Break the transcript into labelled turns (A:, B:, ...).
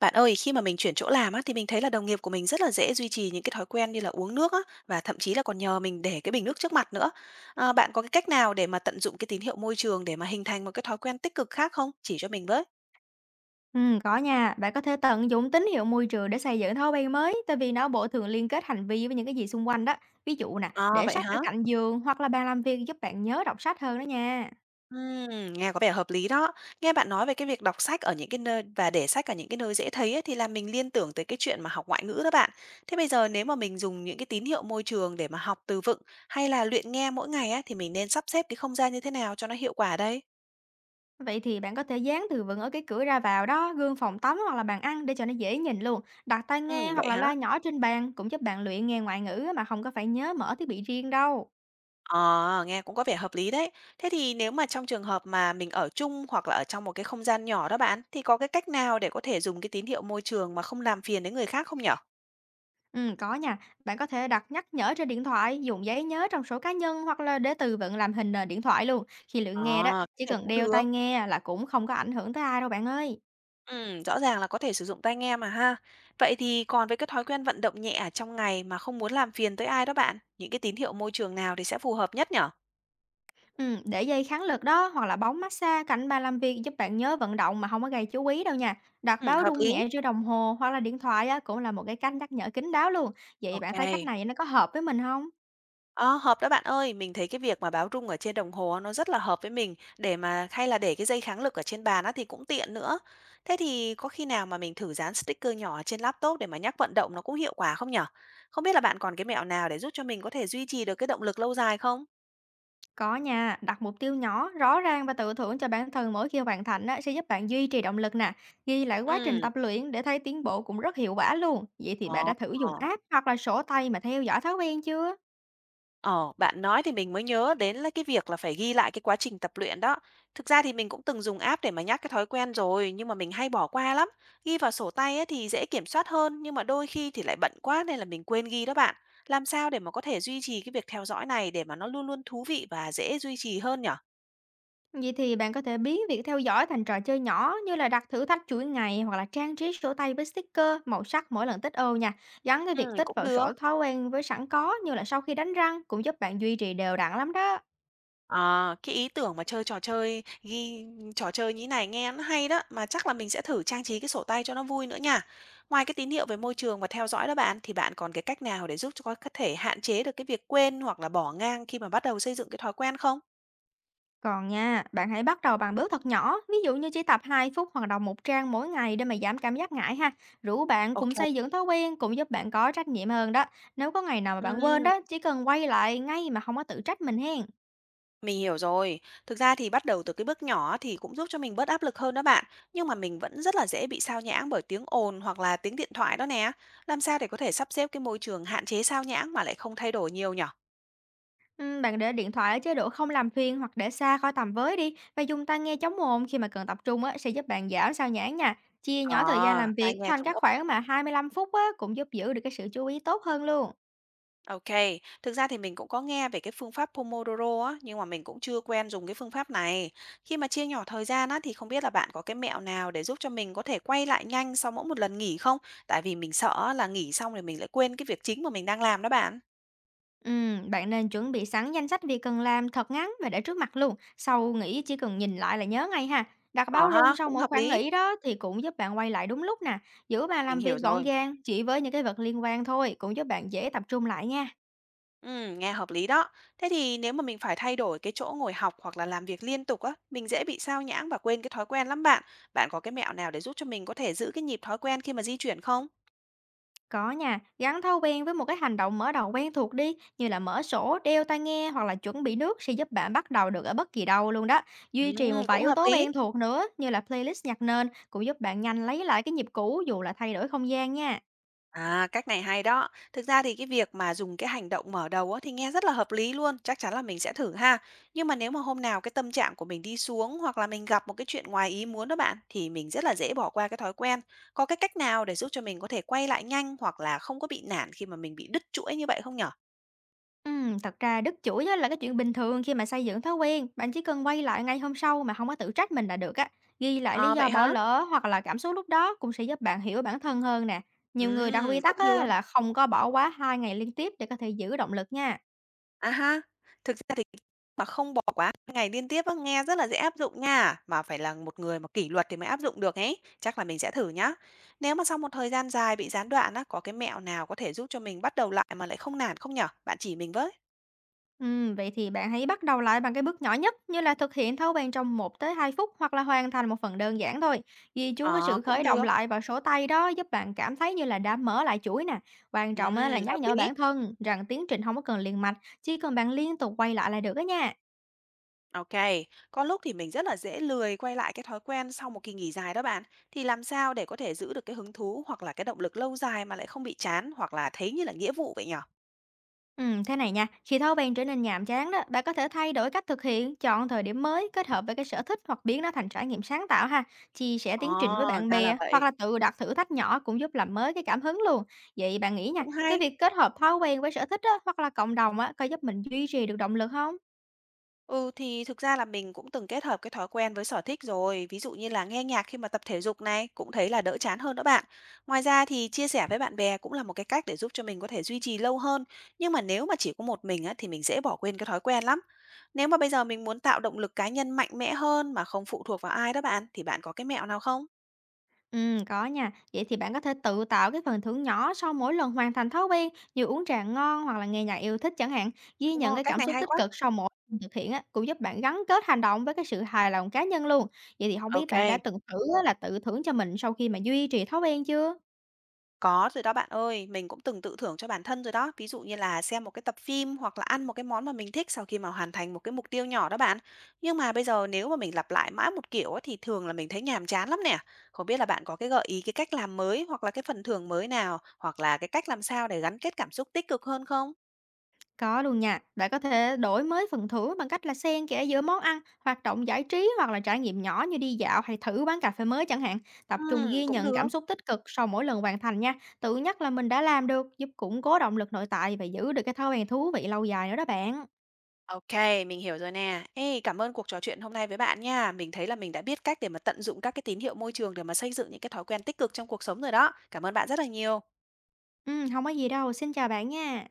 A: Bạn ơi, khi mà mình chuyển chỗ làm á, thì mình thấy là đồng nghiệp của mình rất là dễ duy trì những cái thói quen như là uống nước á, và thậm chí là còn nhờ mình để cái bình nước trước mặt nữa. Bạn có cái cách nào để mà tận dụng cái tín hiệu môi trường để mà hình thành một cái thói quen tích cực khác không? Chỉ cho mình với.
B: Có nha. Bạn có thể tận dụng tín hiệu môi trường để xây dựng thói quen mới, tại vì não bộ thường liên kết hành vi với những cái gì xung quanh đó. Ví dụ nè,
A: À,
B: để
A: vậy
B: sách ở
A: hả?
B: cạnh giường hoặc là bàn làm việc giúp bạn nhớ đọc sách hơn đó nha.
A: Nghe có vẻ hợp lý đó. Nghe bạn nói về cái việc đọc sách ở những cái nơi và để sách ở những cái nơi dễ thấy ấy, thì làm mình liên tưởng tới cái chuyện mà học ngoại ngữ đó bạn. Thế bây giờ nếu mà mình dùng những cái tín hiệu môi trường để mà học từ vựng hay là luyện nghe mỗi ngày á, thì mình nên sắp xếp cái không gian như thế nào cho nó hiệu quả đây?
B: Vậy thì bạn có thể dán từ vựng ở cái cửa ra vào đó, gương phòng tắm hoặc là bàn ăn để cho nó dễ nhìn luôn. Đặt tai nghe hoặc
A: Vậy
B: là
A: hả?
B: loa nhỏ trên bàn cũng giúp bạn luyện nghe ngoại ngữ mà không có phải nhớ mở thiết bị riêng đâu.
A: Ờ, nghe cũng có vẻ hợp lý đấy. Thế thì nếu mà trong trường hợp mà mình ở chung hoặc là ở trong một cái không gian nhỏ đó bạn, thì có cái cách nào để có thể dùng cái tín hiệu môi trường mà không làm phiền đến người khác không nhở?
B: Có nha. Bạn có thể đặt nhắc nhở trên điện thoại, dùng giấy nhớ trong sổ cá nhân hoặc là để từ vựng làm hình nền điện thoại luôn. Khi luyện nghe đó,
A: Ờ,
B: chỉ
A: cái này
B: cần
A: cũng
B: đeo
A: được.
B: tai nghe là cũng không có ảnh hưởng tới ai đâu bạn ơi.
A: Rõ ràng là có thể sử dụng tai nghe mà ha. Vậy thì còn với cái thói quen vận động nhẹ ở trong ngày mà không muốn làm phiền tới ai đó bạn, những cái tín hiệu môi trường nào thì sẽ phù hợp nhất nhở?
B: Để dây kháng lực đó hoặc là bóng massage cạnh bàn làm việc giúp bạn nhớ vận động mà không có gây chú ý đâu nha. Đặt báo
A: Hợp
B: rung
A: lý.
B: nhẹ trên đồng hồ hoặc là điện thoại á, cũng là một cái cách nhắc nhở kín đáo luôn. Vậy bạn thấy cách
A: Ok.
B: này nó có hợp với mình không?
A: Ờ, hợp đó bạn ơi, mình thấy cái việc mà báo rung ở trên đồng hồ nó rất là hợp với mình để mà hay là để cái dây kháng lực ở trên bàn á thì cũng tiện nữa. Thế thì có khi nào mà mình thử dán sticker nhỏ ở trên laptop để mà nhắc vận động nó cũng hiệu quả không nhở? Không biết là bạn còn cái mẹo nào để giúp cho mình có thể duy trì được cái động lực lâu dài không?
B: Có nha, đặt mục tiêu nhỏ, rõ ràng và tự thưởng cho bản thân mỗi khi hoàn thành á, sẽ giúp bạn duy trì động lực nè. Ghi lại quá trình
A: Ừ.
B: tập luyện để thấy tiến bộ cũng rất hiệu quả luôn. Vậy thì bạn
A: Ờ.
B: đã thử dùng app hoặc là sổ tay mà theo dõi thói quen chưa?
A: Ờ, bạn nói thì mình mới nhớ đến là cái việc là phải ghi lại cái quá trình tập luyện đó. Thực ra thì mình cũng từng dùng app để mà nhắc cái thói quen rồi, nhưng mà mình hay bỏ qua lắm. Ghi vào sổ tay ấy thì dễ kiểm soát hơn, nhưng mà đôi khi thì lại bận quá nên là mình quên ghi đó bạn. Làm sao để mà có thể duy trì cái việc theo dõi này để mà nó luôn luôn thú vị và dễ duy trì hơn nhở?
B: Vậy thì bạn có thể biến việc theo dõi thành trò chơi nhỏ như là đặt thử thách chuỗi ngày hoặc là trang trí sổ tay với sticker, màu sắc mỗi lần tích ô nha. Gắn cái việc
A: Ừ,
B: tích
A: cũng
B: vào
A: được.
B: sổ thói quen với sẵn có như là sau khi đánh răng cũng giúp bạn duy trì đều đặn lắm đó.
A: Cái ý tưởng mà chơi trò chơi ghi trò chơi như này nghe nó hay đó, mà chắc là mình sẽ thử trang trí cái sổ tay cho nó vui nữa nha. Ngoài cái tín hiệu về môi trường và theo dõi đó bạn, thì bạn còn cái cách nào để giúp cho có thể hạn chế được cái việc quên hoặc là bỏ ngang khi mà bắt đầu xây dựng cái thói quen không?
B: Còn nha, bạn hãy bắt đầu bằng bước thật nhỏ, ví dụ như chỉ tập 2 phút hoặc đọc một trang mỗi ngày để mà giảm cảm giác ngại ha. Rủ bạn cùng
A: Ok.
B: xây dựng thói quen cũng giúp bạn có trách nhiệm hơn đó. Nếu có ngày nào mà bạn quên
A: Ừm,
B: đó, chỉ cần quay lại ngay mà không có tự trách mình hen.
A: mình hiểu rồi. Thực ra thì bắt đầu từ cái bước nhỏ thì cũng giúp cho mình bớt áp lực hơn đó bạn. Nhưng mà mình vẫn rất là dễ bị sao nhãng bởi tiếng ồn hoặc là tiếng điện thoại đó nè. Làm sao để có thể sắp xếp cái môi trường hạn chế sao nhãng mà lại không thay đổi nhiều nhỉ?
B: Bạn để điện thoại ở chế độ không làm phiền hoặc để xa khỏi tầm với đi và dùng tai nghe chống ồn khi mà cần tập trung á, sẽ giúp bạn giảm sao nhãng nha. Chia
A: Ờ,
B: nhỏ thời gian làm
A: tai
B: việc
A: nghe
B: thành
A: chống
B: các
A: ốp.
B: khoảng mà 25 phút á, cũng giúp giữ được cái sự chú ý tốt hơn luôn.
A: Ô. Thực ra thì mình cũng có nghe về cái phương pháp Pomodoro á, nhưng mà mình cũng chưa quen dùng cái phương pháp này. Khi mà chia nhỏ thời gian á, thì không biết là bạn có cái mẹo nào để giúp cho mình có thể quay lại nhanh sau mỗi một lần nghỉ không? Tại vì mình sợ là nghỉ xong rồi mình lại quên cái việc chính mà mình đang làm đó bạn.
B: Bạn nên chuẩn bị sẵn danh sách việc cần làm thật ngắn và để trước mặt luôn. Sau nghỉ chỉ cần nhìn lại là nhớ ngay ha. Đặt
A: Ờ
B: báo rung
A: ha,
B: sau
A: cũng
B: mỗi
A: hợp
B: khoảng
A: lý.
B: nghỉ đó thì cũng giúp bạn quay lại đúng lúc nè. Giữ bàn
A: Mình
B: làm
A: hiểu
B: việc gọn
A: rồi.
B: gàng chỉ với những cái vật liên quan thôi cũng giúp bạn dễ tập trung lại nha.
A: Nghe hợp lý đó. Thế thì nếu mà mình phải thay đổi cái chỗ ngồi học hoặc là làm việc liên tục á, mình dễ bị sao nhãng và quên cái thói quen lắm bạn. Bạn có cái mẹo nào để giúp cho mình có thể giữ cái nhịp thói quen khi mà di chuyển không?
B: Có nha, gắn thói quen với một cái hành động mở đầu quen thuộc đi như là mở sổ, đeo tai nghe hoặc là chuẩn bị nước sẽ giúp bạn bắt đầu được ở bất kỳ đâu luôn đó. Duy trì một vài
A: Cũng
B: yếu
A: hợp
B: tố
A: lý.
B: quen thuộc nữa như là playlist nhạc nền cũng giúp bạn nhanh lấy lại cái nhịp cũ dù là thay đổi không gian nha.
A: Cách này hay đó. Thực ra thì cái việc mà dùng cái hành động mở đầu á, thì nghe rất là hợp lý luôn, chắc chắn là mình sẽ thử ha. Nhưng mà nếu mà hôm nào cái tâm trạng của mình đi xuống hoặc là mình gặp một cái chuyện ngoài ý muốn đó bạn, thì mình rất là dễ bỏ qua cái thói quen. Có cái cách nào để giúp cho mình có thể quay lại nhanh hoặc là không có bị nản khi mà mình bị đứt chuỗi như vậy không nhở?
B: Thật ra đứt chuỗi á là cái chuyện bình thường khi mà xây dựng thói quen, bạn chỉ cần quay lại ngay hôm sau mà không có tự trách mình là được á. Ghi lại lý
A: À,
B: do
A: vậy
B: bỏ
A: hả?
B: lỡ hoặc là cảm xúc lúc đó cũng sẽ giúp bạn hiểu bản thân hơn nè. Nhiều người đặt quy tắc
A: Cũng được.
B: á là không có bỏ quá 2 ngày liên tiếp để có thể giữ động lực nha.
A: À ha, thực ra thì mà không bỏ quá 2 ngày liên tiếp á, nghe rất là dễ áp dụng nha, mà phải là một người mà kỷ luật thì mới áp dụng được ấy, chắc là mình sẽ thử nhá. Nếu mà sau một thời gian dài bị gián đoạn á, có cái mẹo nào có thể giúp cho mình bắt đầu lại mà lại không nản không nhở? Bạn chỉ mình với.
B: Vậy thì bạn hãy bắt đầu lại bằng cái bước nhỏ nhất như là thực hiện thâu bàn trong 1 tới 2 phút hoặc là hoàn thành một phần đơn giản thôi. Ghi chú cái
A: Ờ,
B: sự
A: cũng
B: khởi động
A: được.
B: lại vào sổ tay đó giúp bạn cảm thấy như là đã mở lại chuỗi nè. Quan trọng á,
A: Ừm,
B: là nhắc
A: hợp
B: nhở
A: lý.
B: bản thân rằng tiến trình không có cần liền mạch, chỉ cần bạn liên tục quay lại là được đó nha.
A: OK, có lúc thì mình rất là dễ lười quay lại cái thói quen sau một kỳ nghỉ dài đó bạn. Thì làm sao để có thể giữ được cái hứng thú hoặc là cái động lực lâu dài mà lại không bị chán hoặc là thấy như là nghĩa vụ vậy nhở?
B: Thế này nha, khi thói quen trở nên nhàm chán đó, bạn có thể thay đổi cách thực hiện, chọn thời điểm mới, kết hợp với cái sở thích hoặc biến nó thành trải nghiệm sáng tạo ha. Chia sẻ
A: Ờ,
B: tiến trình với bạn
A: ra là
B: bè hoặc
A: vậy,
B: là tự đặt thử thách nhỏ cũng giúp làm mới cái cảm hứng luôn. Vậy bạn nghĩ nha,
A: cũng
B: cái
A: hay.
B: việc kết hợp thói quen với sở thích á, hoặc là cộng đồng á, có giúp mình duy trì được động lực không?
A: Ừ, thì thực ra là mình cũng từng kết hợp cái thói quen với sở thích rồi, ví dụ như là nghe nhạc khi mà tập thể dục này, cũng thấy là đỡ chán hơn đó bạn. Ngoài ra thì chia sẻ với bạn bè cũng là một cái cách để giúp cho mình có thể duy trì lâu hơn, nhưng mà nếu mà chỉ có một mình á, thì mình dễ bỏ quên cái thói quen lắm. Nếu mà bây giờ mình muốn tạo động lực cá nhân mạnh mẽ hơn mà không phụ thuộc vào ai đó bạn, thì bạn có cái mẹo nào không?
B: Có nha. Vậy thì bạn có thể tự tạo cái phần thưởng nhỏ sau mỗi lần hoàn thành thói quen, như uống trà ngon hoặc là nghe nhạc yêu thích chẳng hạn. Ghi nhận
A: Ồ,
B: cái
A: cách
B: cảm
A: này
B: xúc
A: hay
B: tích
A: quá.
B: cực sau mỗi lần thực hiện á, cũng giúp bạn gắn kết hành động với cái sự hài lòng cá nhân luôn. Vậy thì không biết
A: Ok.
B: bạn đã từng thử á là tự thưởng cho mình sau khi mà duy trì thói quen chưa?
A: Có rồi đó bạn ơi, mình cũng từng tự thưởng cho bản thân rồi đó. Ví dụ như là xem một cái tập phim hoặc là ăn một cái món mà mình thích sau khi mà hoàn thành một cái mục tiêu nhỏ đó bạn. Nhưng mà bây giờ nếu mà mình lặp lại mãi một kiểu á, thì thường là mình thấy nhàm chán lắm nè. Không biết là bạn có cái gợi ý cái cách làm mới hoặc là cái phần thưởng mới nào hoặc là cái cách làm sao để gắn kết cảm xúc tích cực hơn không?
B: Có luôn nha, bạn có thể đổi mới phần thưởng bằng cách là xen kẽ giữa món ăn, hoạt động giải trí hoặc là trải nghiệm nhỏ như đi dạo hay thử quán cà phê mới chẳng hạn. Tập trung ghi
A: Cũng
B: nhận
A: được.
B: cảm xúc tích cực sau mỗi lần hoàn thành nha. Tự nhắc là mình đã làm được, giúp củng cố động lực nội tại và giữ được cái thói quen thú vị lâu dài nữa đó bạn.
A: Ok, mình hiểu rồi nè. Ê, cảm ơn cuộc trò chuyện hôm nay với bạn nha. Mình thấy là mình đã biết cách để mà tận dụng các cái tín hiệu môi trường để mà xây dựng những cái thói quen tích cực trong cuộc sống rồi đó. Cảm ơn bạn rất là nhiều.
B: Ừ, không có gì đâu, xin chào bạn nha.